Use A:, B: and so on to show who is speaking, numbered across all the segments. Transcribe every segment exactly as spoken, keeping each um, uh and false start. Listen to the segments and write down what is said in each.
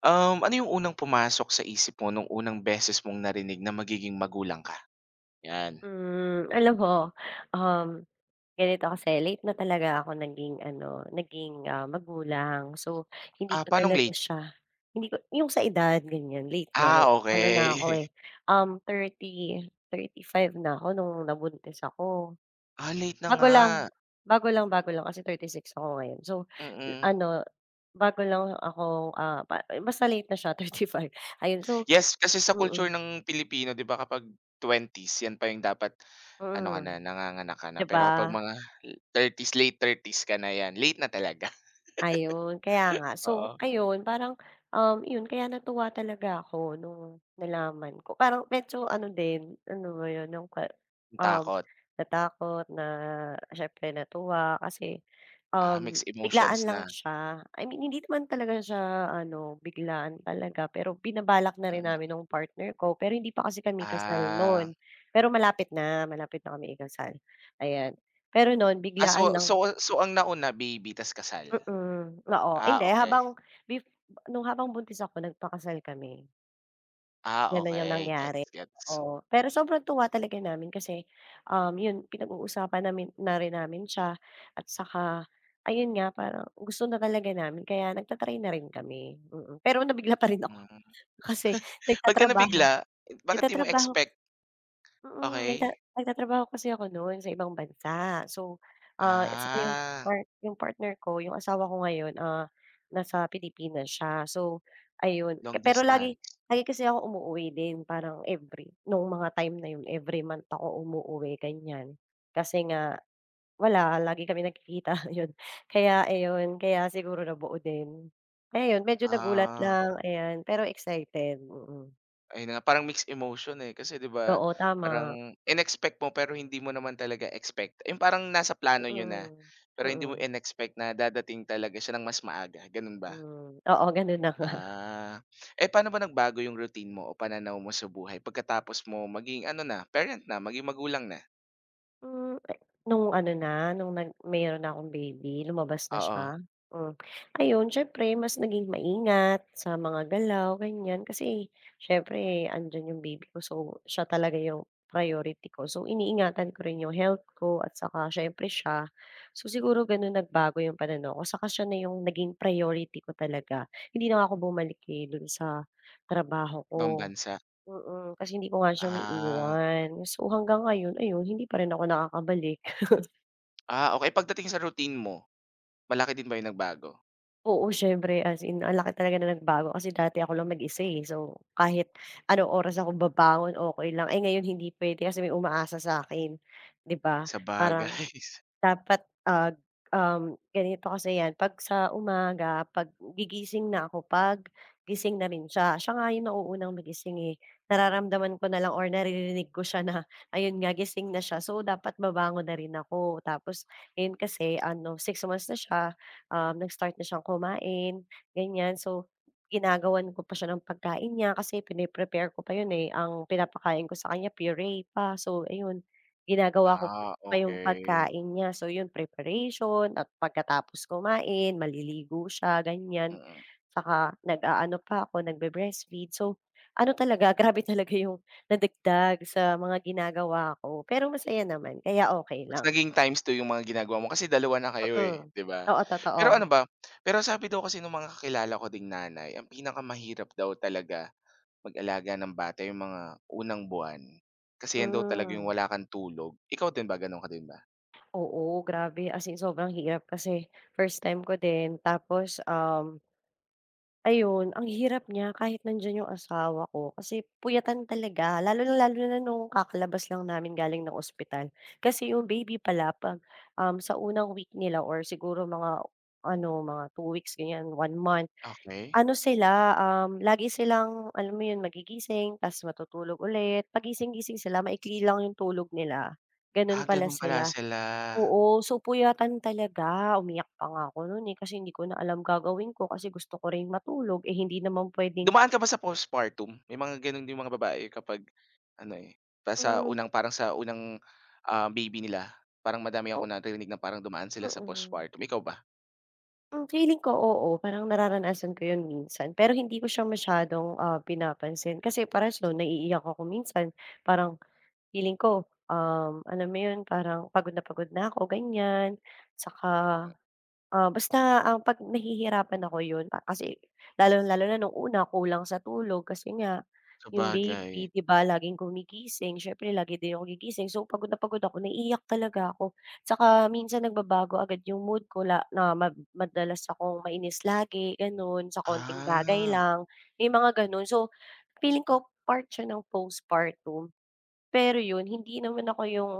A: Um, ano yung unang pumasok sa isip mo nung unang beses mong narinig na magiging magulang ka? 'Yan.
B: Hmm, alam mo, um, ganito kasi late na talaga ako naging ano, naging, ah, magulang. So, hindi
A: Ah,
B: ko
A: paanong
B: talaga
A: late?
B: siya hindi ko yung sa edad ganyan late na may
A: Ah,
B: ano na ako,
A: okay.
B: eh, um, thirty thirty five na ako nung nabuntis ako.
A: Ah, late na
B: Bago
A: nga,
B: lang, bago lang, bago lang kasi thirty-six ako ngayon. So,
A: mm.
B: ano, bago lang ako, ah, ba basta late na siya thirty five ayun. So,
A: Yes, kasi sa culture
B: mm,
A: ng Pilipino 'di ba kapag twenties 'yan pa yung dapat ano ka
B: mm,
A: na, nanganganak ka na.
B: 'di ba?
A: Pero kapag mga thirties late thirties s ka na 'yan, late na talaga.
B: Ayun, kaya nga. So,
A: Oo,
B: ayun parang, um, yun kaya natuwa talaga ako nung nalaman ko. Parang medyo ano din, ano ba yun, yung ka
A: yung
B: um,
A: takot.
B: natakot na. Syempre natuwa kasi,
A: Ah,
B: um,
A: mixed
B: biglaan
A: emotions
B: lang
A: na,
B: siya. I mean, hindi naman talaga siya ano, biglaan talaga, pero binabalak na rin
A: mm.
B: namin ng partner ko pero hindi pa kasi kami kasal
A: Ah.
B: noon. Pero malapit na, malapit na kami ikasal, ayan. Pero noon
A: Ah, so
B: biglaan
A: so
B: lang.
A: so ang nauna baby ta's kasal?
B: Mm, oo. Hindi,
A: Ah, okay.
B: habang bef nung habang buntis ako nagpakasal kami,
A: Ah,
B: gano'n yung
A: okey.
B: nangyari,
A: Gets, gets.
B: oo. Pero sobrang tuwa talaga namin kasi, um, yun pinag-uusapan namin na rin namin siya at saka ayun nga parang gusto na talaga namin kaya nagta-try na rin kami, mm. Pero nabigla pa rin ako
A: Mm.
B: kasi
A: Ba't ka
B: nagtatrabaho
A: nabigla? Bakit di mo
B: nagtatrabaho
A: expect?
B: mm, nagta
A: Okey.
B: nagtatrabaho kasi ako no'n sa ibang bansa. So, ah, at saka yung
A: Ah,
B: part yung partner ko, yung asawa ko ngayon, ah, nasa Pilipinas siya. So, ayun, Ke
A: long
B: pero lagi
A: distance.
B: lagi kasi ako umuuwi din parang every nung mga time na yun every month ako umuuwi, ganyan. Kasi nga wala, lagi kami nagkikita, yun. Kaya ayun, kaya siguro nabuo din. Kaya yun, medyo nagulat
A: Ah,
B: lang, ayan, pero excited, mm.
A: ayun na nga, parang mixed emotion, eh. Kasi 'di ba,
B: Oo, tama.
A: parang inexpect mo pero hindi mo naman talaga expect. Yung parang nasa plano niyo na,
B: Mm,
A: pero hindi mo
B: mm.
A: inexpect na dadating talaga siya ng mas maaga, gano'n ba?
B: Hmm, oo, gano'n na nga.
A: Ah. Eh, paano ba nagbago yung routine mo o pananaw mo sa buhay pagkatapos mo maging ano na, parent na, maging magulang na?
B: Hmm, ay, nung ano na, nung nag meron na akong baby, lumabas na
A: Oo,
B: siya, hmm. Ayun, siyempre mas naging maingat sa mga galaw, ganiyan, kasi siyempre andiyan yung baby ko, so siya talaga yung priority ko. So iniingatan ko rin yung health ko at saka siyempre siya. So siguro gano'n nagbago yung pananaw ko, saka siya na yung naging priority ko talaga. Hindi na ako bumalik, eh, do'n sa trabaho
A: ibang
B: ko.
A: bansa.
B: Mm, kasi hindi ko nga siya
A: Ah.
B: maiwan. So, hanggang ngayon ayun hindi pa rin ako nakakabalik.
A: Ah, okay. Pagdating sa routine mo, malaki din ba yung nagbago?
B: Oo, siyempre as in ang laki talaga na nagbago kasi dati ako lang mag-isa, eh. So, kahit anong oras ako babangon okey lang. Eh, ngayon hindi puwede kasi may umaasa sa akin, 'di ba? Parang
A: Sabagay.
B: Dapat, ah, um, ganito kasi 'yan 'pag sa umaga 'pag gigising na ako 'pag gising na rin siya. Siya nga yung nauunang magising, eh. Nararamdaman ko na lang or naririnig ko siya na ayun nga gising na siya, so dapat babangon na rin ako. Tapos, ngayon kasi ano six months na siya, um, nag-start na siyang kumain, ganyan. So, ginagawan ko pa siya ng pagkain niya kasi pine ko pa yun, eh. Ang pinapakain ko sa kanya puree pa, so ayun ginagawa ko
A: Ah,
B: pa yung
A: okay.
B: pagkain niya. So yun preparation at pagkatapos kumain maliligo siya ganyan.
A: Mm.
B: Saka nag-aano pa ako nagbe-breastfeed. So ano talaga grabe talaga yung nadagdag sa mga ginagawa ko, pero masaya naman kaya okay
A: Mas
B: lang.
A: naging times two yung mga ginagawa mo kasi dalawa na kayo, eh,
B: Mm.
A: 'di ba?
B: Oo, totoo.
A: Pero ano ba, pero sabi daw kasi nung mga kakilala ko ding nanay, ang pinakamahirap daw talaga mag-alaga ng bata yung mga unang buwan. Kasi 'yan daw talaga yung
B: Hmm,
A: wala kang tulog. Ikaw din ba, gano'n ka din ba?
B: oo, grabe as in sobrang hirap kasi first time ko din. Tapos, um ayun, ang hirap niya kahit nandiyan yung asawa ko kasi puyatan talaga, lalo na lalo na nung kakalabas lang namin galing ng ospital. Kasi yung baby pala 'pag, um, sa unang week nila or siguro mga ano, mga two weeks ganyan, one month,
A: okay
B: ano sila, um, lagi silang alam mo yun magigising ta's matutulog ulit, pagising gising sila maikli lang yung tulog nila, ganun
A: Ah,
B: pala
A: gano'n pala
B: sila.
A: sila.
B: Oo, so puyatan talaga. Umiyak pa nga ako no'n, eh, kasi hindi ko na alam gagawin ko kasi gusto ko ring matulog, eh, hindi naman puwedeng,
A: Dumaan ka ba sa postpartum? May mga gano'n din mga babae kapag ano, eh, pa sa
B: hmm,
A: unang parang sa unang, ah, baby nila. Parang madami
B: o
A: akong naririnig na parang dumaan sila sa
B: mm.
A: postpartum, ikaw ba?
B: Hmm, feeling ko oo, parang nararanasan ko 'yun minsan. Pero hindi ko siya masyadong, ah, pinapansin kasi parehas no'n naiiyak ako minsan. Parang feeling ko, um, alam mo 'yun, parang pagod na pagod na ako, ganiyan. Saka, Ah, basta ang 'pag nahihirapan ako yun, pa kasi lalong-lalo na nung una kulang sa tulog kasi nga yung
A: Sabagay.
B: baby 'di ba laging gumigising, siyempre lagi din ako gigising so pagod na pagod ako, naiiyak talaga ako. Tsaka minsan nagbabago agad yung mood ko, la na ma madalas akong mainis lagi gano'n, sa konting bagay
A: Ah,
B: lang, may mga gano'n. So, feeling ko part siya ng postpartum. Pero yun, hindi naman ako yung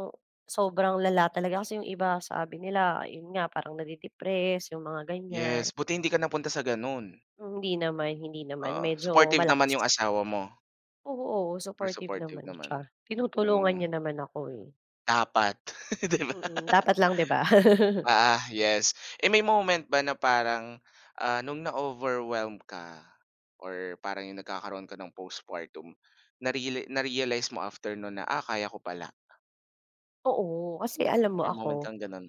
B: sobrang lala talaga kasi yung iba sabi nila yun nga parang nade-depress yung mga ganyan.
A: yes, buti hindi ka napunta sa gano'n.
B: Hindi naman, hindi naman
A: Oo,
B: medyo
A: supportive naman
B: malakas.
A: yung asawa mo,
B: Oo,
A: super
B: supportive
A: supportive
B: naman
A: naman.
B: siya. Tinutulungan
A: Hmm,
B: niya naman ako, eh.
A: dapat, 'di ba?
B: Mm, dapat lang 'di ba?
A: Ah, yes. Eh, may moment ba na parang, ah, nung na-overwhelm ka or parang yung nagkakaroon ka ng postpartum, nareali na-realize mo after nun na, "Ah, kaya ko pala."
B: Oo, kasi alam mo
A: May moment
B: ako.
A: kang ganun?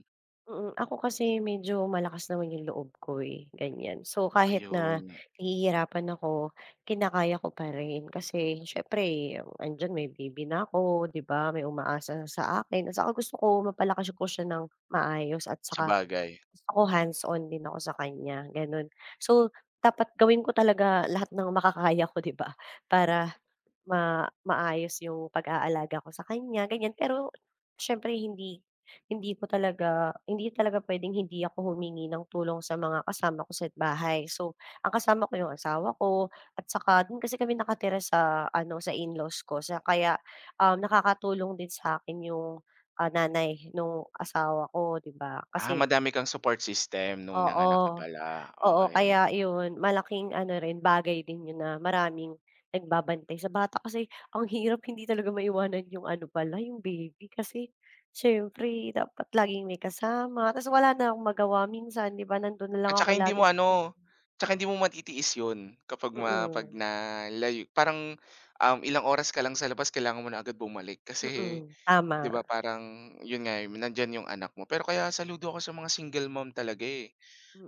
B: Mm, ako kasi medyo malakas naman yung loob ko, eh, ganyan. So, kahit na
A: Ayun,
B: nahihirapan ako, kinakaya ko pa rin kasi siyempre andiyan may baby na ako, 'di ba? May umaasa sa akin at saka gusto ko mapalakas ko siya ng maayos at
A: sa
B: saka
A: bagay.
B: gusto ko hands-on din ako sa kanya, gano'n. So, dapat gawin ko talaga lahat ng makakaya ko, 'di ba? Para ma maayos yung pag-aalaga ko sa kanya ganyan. Pero siyempre hindi hindi ko talaga hindi talaga puwedeng hindi ako humingi ng tulong sa mga kasama ko sa bahay. So, ang kasama ko yung asawa ko at saka do'n kasi kami nakatira sa ano, sa in-laws ko sa kaya, um, nakakatulong din sa akin yung, ah, nanay nung asawa ko, 'di ba?
A: Ah,
B: Kasi
A: madami kang support system nung nanganak ka
B: oo.
A: pala,
B: Oo,
A: okay
B: kaya yun malaking ano rin bagay din yun na maraming nagbabantay sa bata kasi ang hirap hindi talaga maiwanan yung ano pala yung baby kasi siyempre dapat laging may kasama tas wala na akong magawa minsan 'di ba nandun na lang
A: At
B: ako
A: saka hindi mo
B: lagi sa kanya.
A: ano, tsaka hindi mo matitiis yun kapag ma 'pag
B: Mm,
A: nalayo parang, um, ilang oras ka lang sa labas kailangan mo na agad bumalik kasi
B: mm,
A: 'di ba
B: tama,
A: parang yun nga, eh, nandiyan yung anak mo. Pero kaya saludo ako sa mga single mom talaga, eh.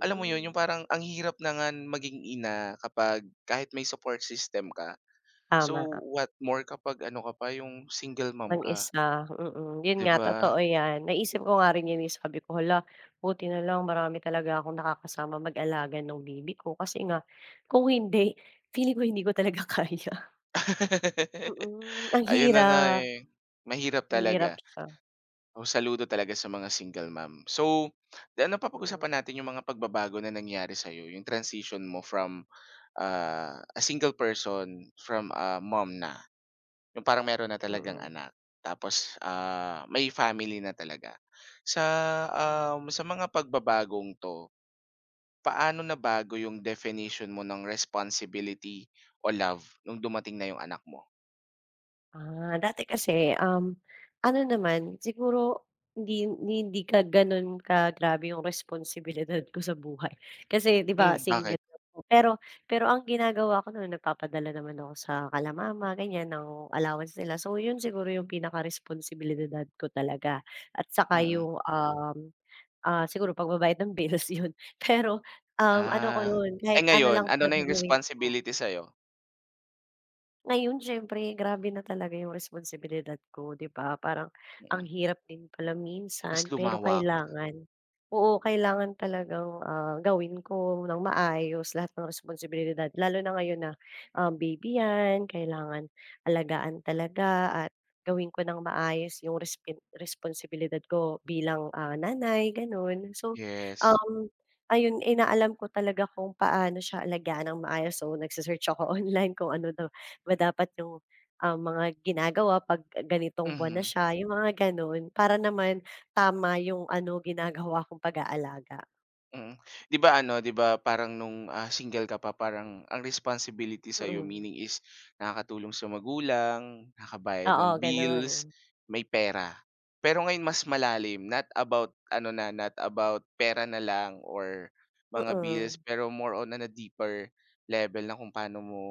A: Alam mo yun, yung parang ang hirap na nga maging ina kapag kahit may support system ka. So,
B: tama.
A: what more kapag ano ka pa, yung single mom ka,
B: Mag-isa, mm. Yun
A: 'di
B: nga,
A: ba?
B: totoo yan. Naisip ko nga rin yun, eh, sabi ko, "Hala, buti na lang marami talaga akong nakakasama mag-alaga ng baby ko." Kasi nga kung hindi, feeling ko hindi ko talaga kaya. Mm, ang
A: Ayun na nga,
B: hirap.
A: eh, mahirap
B: Mahirap
A: talaga.
B: siya.
A: o saludo talaga sa mga single mom. So, ano,
B: Mm,
A: napapag-usapan natin yung mga pagbabago na nangyari sa'yo, yung transition mo from, ah, a single person from a mom na. Yung parang meron na talagang
B: mm,
A: anak tapos, ah, may family na talaga. Sa,
B: hmm.
A: um, sa mga pagbabagong 'to, paano nabago yung definition mo ng responsibility o love nung dumating na yung anak mo?
B: Ah, dati kasi, um, ano naman siguro hindi hindi hindi ka gano'n kagrabe yung responsibilidad ko sa buhay. Kasi 'di ba
A: Hmm,
B: single
A: bakit?
B: ako, pero pero ang ginagawa ko no'n nagpapadala naman ako sa kala mama ganyan ng allowance nila. So 'yun siguro yung pinaka responsibilidad ko talaga at saka
A: Mm.
B: yung, um, ah, siguro pagbabayad ng bills 'yun. Pero, um, ano ko
A: Ah.
B: 'yun
A: Eh,
B: kahit ano
A: ngayon
B: lang
A: ano na
B: talaga
A: yung
B: gawin ko.
A: responsibility sa'yo?
B: Ngayon siyempre grabe na talaga yung responsibilidad ko 'di ba, parang ang
A: Mm.
B: hirap din pala
A: Mas
B: minsan pero
A: lumawak.
B: kailangan. Oo, kailangan talagang, ah, gawin ko ng maayos lahat ng responsibilidad lalo na ngayon na, ah, baby 'yan, kailangan alagaan talaga at gawin ko ng maayos yung respen responsibilidad ko bilang, ah, nanay gano'n. So,
A: Yes.
B: um, ayun inaalam ko talaga kung paano siya alagaan ng maayos so nagsisearch ako online kung ano daw ba dapat yung, ah, mga ginagawa 'pag ganitong buwan na
A: Mhm.
B: siya, yung mga gano'n. Para naman tama yung ano, ginagawa kong pag-aalaga.
A: Mm. 'Di ba ano, 'di ba parang nung, ah, single ka pa parang ang responsibility sa'yo
B: Mm.
A: meaning is nakakatulong sa magulang, nakakabayad ng
B: Oo, gano'n.
A: bills, may pera. Pero ngayon mas malalim, not about ano na, not about pera na lang or mga bills,
B: Mm.
A: pero more on na deeper level na kung paano mo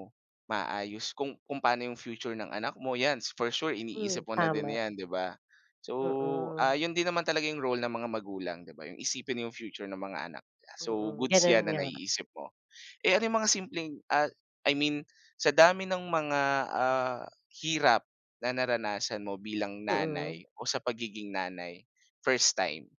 A: maayos kung kung paano yung future ng anak mo, 'yan for sure
B: Hmm,
A: iniisip mo na din
B: tama.
A: 'yan, 'di ba? So,
B: Mm.
A: ah, yun din naman talaga yung role ng mga magulang, 'di ba, yung isipin yung future ng mga anak nila. So,
B: Mm,
A: goods
B: gano'n
A: yan na
B: nga.
A: naiisip mo. Eh, ano yung mga simpleng, ah, I mean, sa dami ng mga, ah, hirap na naranasan mo bilang
B: Mm.
A: nanay o sa pagiging nanay, first time,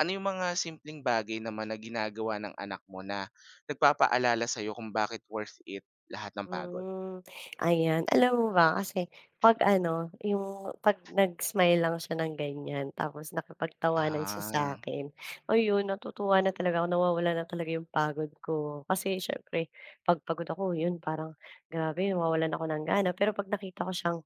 A: ano yung mga simpleng bagay naman na ginagawa ng anak mo na nagpapaalala sa'yo kung bakit worth it lahat ng pagod?
B: Hmm, ayan. Alam mo ba kasi 'pag ano, yung 'pag nag-smile lang siya ng ganyan tapos nakipagtawanan siya
A: Ah,
B: sa'kin, ayun natutuwa na talaga ako, nawawala na talaga yung pagod ko. Kasi siyempre 'pag pagod ako yun parang grabe nawawalan ako ng gana. Pero 'pag nakita ko siyang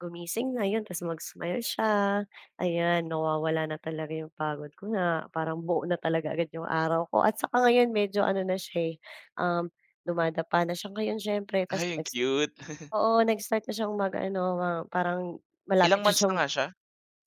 B: gumising na yun ta's mag-smile siya, ayan nawawala na talaga yung pagod ko na parang buo na talaga agad yung araw ko. At saka ngayon medyo ano na siya, eh, um dumadapa na siya ngayon siyempre tas
A: ay ang
B: next.
A: cute.
B: Oo, nag-start na siyang mag-ano, ma parang
A: Ilang
B: malapit na
A: months na
B: siyang
A: nga siya?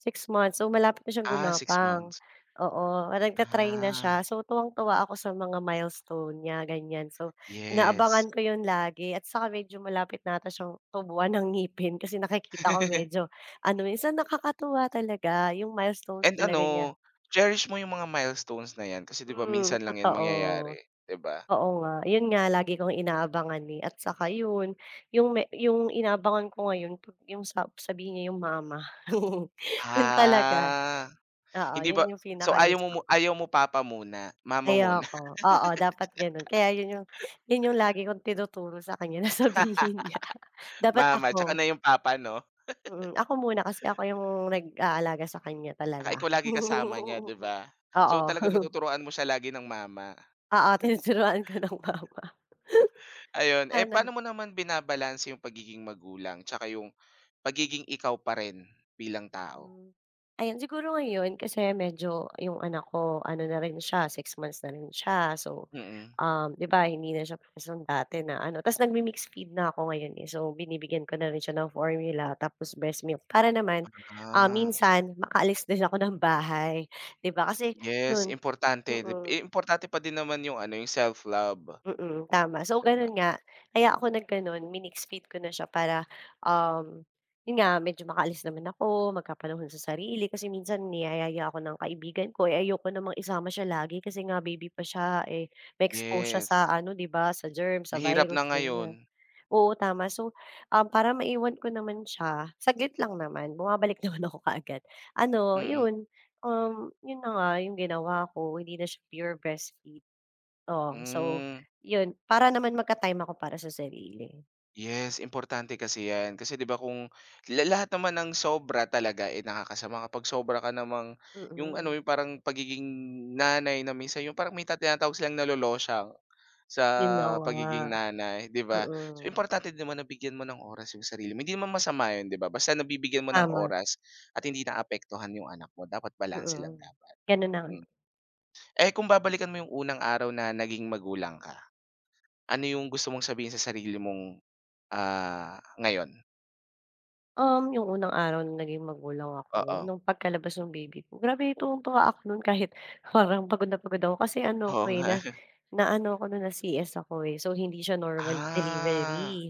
B: six months, so malapit na siyang
A: Ah, six
B: gumapang.
A: months.
B: Oo, nagta-try na
A: Ah.
B: siya, so tuwang-tuwa ako sa mga milestone niya, ganyan. So,
A: Yes.
B: inaabangan ko 'yun lagi at saka medyo malapit na ata siyang tubuan ng ngipin kasi nakikita ko medyo ano minsan nakakatuwa talaga 'yung milestones
A: And
B: talaga niya.
A: ano, cherish mo yung mga milestones na yan kasi 'di ba
B: Mm,
A: minsan lang yan
B: totoo.
A: mangyayari, 'di ba?
B: Oo nga, yun nga lagi kong inaabangan, eh, at saka yun, yung me yung inaabangan ko ngayon pag yung sa sabihin niya yung mama. Yun talaga,
A: Ah,
B: oo,
A: hindi ba
B: yun yung
A: so ayaw mo
B: pinakagusto
A: mu
B: ko.
A: ayaw mo papa muna, mama muna,
B: Ayoko, oo dapat ganun kaya yun yung yun yung lagi kong tinuturo sa kanya na sabihin niya. Dapat
A: mama tsaka
B: ako,
A: na yung papa 'no?
B: mm, ako muna kasi ako yung nag-aalaga sa kanya
A: Tsaka
B: talaga.
A: ikaw lagi kasama niya 'di ba? So
B: Oo,
A: talaga matuturoan mo siya lagi ng mama.
B: oo tinuturuan ko ng mama.
A: Ayun, eh,
B: Sana.
A: paano mo naman binabalanse yung pagiging magulang tsaka yung pagiging ikaw pa rin bilang tao?
B: Hmm. Ayan, siguro ngayon kasi medyo yung anak ko ano na rin siya, six months na rin siya. So,
A: Mm.
B: um, 'di ba hindi na siya parehas nung dati na ano ta's nagmi-mixed feed na ako ngayon, eh. So, binibigyan ko na rin siya ng formula tapos breast milk para naman, ah,
A: Ah.
B: minsan makaalis din ako ng bahay, 'di ba? Kasi
A: Yes,
B: yun
A: importante dib
B: mm.
A: eh, importante pa din naman yung ano, yung self-love,
B: Mm, tama. So
A: 'di ba?
B: gano'n nga, kaya ako nag-gano'n, minix feed ko na siya para, um, 'yun nga medyo makaalis naman ako, magkapanahon sa sarili kasi minsan niyayaya ako ng kaibigan ko, eh, ayoko namang isama siya lagi kasi nga baby pa siya, eh, may expose siya sa
A: Yes,
B: ano 'di ba, sa germ sa
A: mahirap
B: virus,
A: na ngayon.
B: ganiyan. Oo, tama. So, um, para maiwan ko naman siya, saglit lang naman, bumabalik naman ako kaagad. Ano,
A: Mm,
B: 'yun, um, 'yun na nga 'yung ginawa ko, hindi na siya pure breastfeed. Oo, so
A: hmm.
B: yun, para naman magka-time ako para sa sarili.
A: Yes, importante kasi 'yan. Kasi 'di ba kung la lahat naman ng sobra talaga, eh, nakakasama kapag sobra ka namang yung
B: Mm,
A: ano, yung parang pagiging nanay na minsan yung parang may ta tinatawag silang nalolosyang sa
B: yun na nga,
A: pagiging nanay, 'di ba? So,
B: mm,
A: importante din naman na bigyan mo ng oras yung sarili mo. Hindi naman masama 'yun, 'di ba? Basta nabibigyan mo ng
B: tama,
A: oras at hindi naapektuhan yung anak mo, dapat balanse lang
B: mm,
A: dapat.
B: ganun na nga.
A: Hmm. Eh, kung babalikan mo yung unang araw na naging magulang ka, ano yung gusto mong sabihin sa sarili mong, ah, ngayon?
B: Um, yung unang araw na naging magulang ako,
A: Oo,
B: nung pagkalabas ng baby ko, grabe tuwang-tuwa ako nun kahit parang pagod na pagod ako kasi ano ko,
A: oo
B: eh,
A: nga.
B: na na ano ako nun, na-C S ako, eh. So, hindi siya normal
A: Ah,
B: delivery,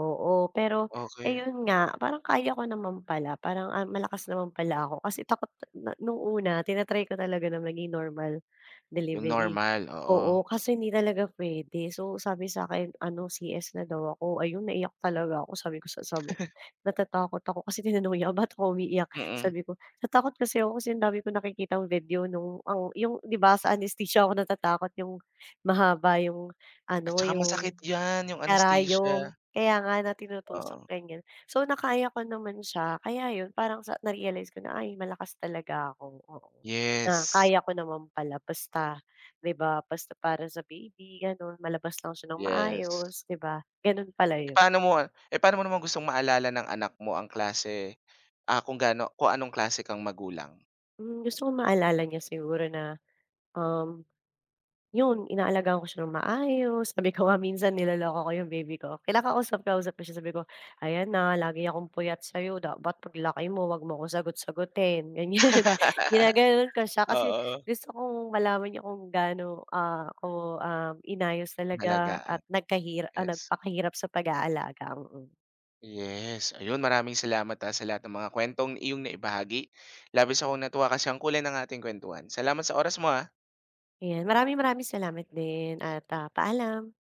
B: oo. Pero
A: okay,
B: ayun nga, parang kaya ko naman pala, parang, ah, malakas naman pala ako kasi takot na nung una tina-try ko talaga na maging normal
A: Yung
B: delivery.
A: normal, oo.
B: Oo, kasi hindi talaga pwede. So, sabi sa akin ano, C S na daw ako. Ayun, naiyak talaga ako. Sabi ko sa asawa, natatakot ako kasi tinanong niya ako, "Ba't ako umiiyak?"
A: Mm,
B: Sabi ko, "Natakot kasi ako kasi ang dami kong nakikitang video nung ang yung 'di ba sa anesthesia ako natatakot, yung mahaba yung
A: at
B: ano,
A: saka masakit
B: yung
A: 'yan, yung anesthesia,
B: karayom." Kaya nga na
A: oo.
B: tinutusok ganyan. So, nakaya ko naman siya kaya yun, parang sa na-realize ko na, ay malakas talaga ako, oo. Na
A: Yes,
B: kaya ko naman pala basta 'di ba, basta para sa baby gano'n, malabas lang siya ng
A: yes.
B: maayos 'di ba, gano'n pala
A: Eh,
B: yun.
A: paano mo eh, paano mo naman gustong maalala ng anak mo ang klase, ah, kung gaano kung anong klase kang magulang?
B: Hmm, gusto kong maalala niya siguro na... Um, yun inaalagaan ko siya ng maayos. Sabi ko nga minsan niloloko ko yung baby ko, kinakausap-kausap ko siya. Sabi ko, "Ayan, na lagi akong puyat sa'yo, dapat paglaki mo wag mo ko sagot-sagutin," ganyan. Ginagano'n ko siya kasi
A: Oo,
B: gusto kong malaman niya kung gaano, ah, ko, um, inayos talaga
A: halagaan,
B: at nagkahir ah,
A: yes.
B: nagpakahirap sa pag-aalaga, mm. Mm.
A: Yes, ayun maraming salamat, ah, sa lahat ng mga kuwentong iyong naibahagi. Labis akong natuwa kasi ang kulay ng ating kuwentuhan. Salamat sa oras mo, ah.
B: Ayan, maraming maraming salamat din at, ah, paalam.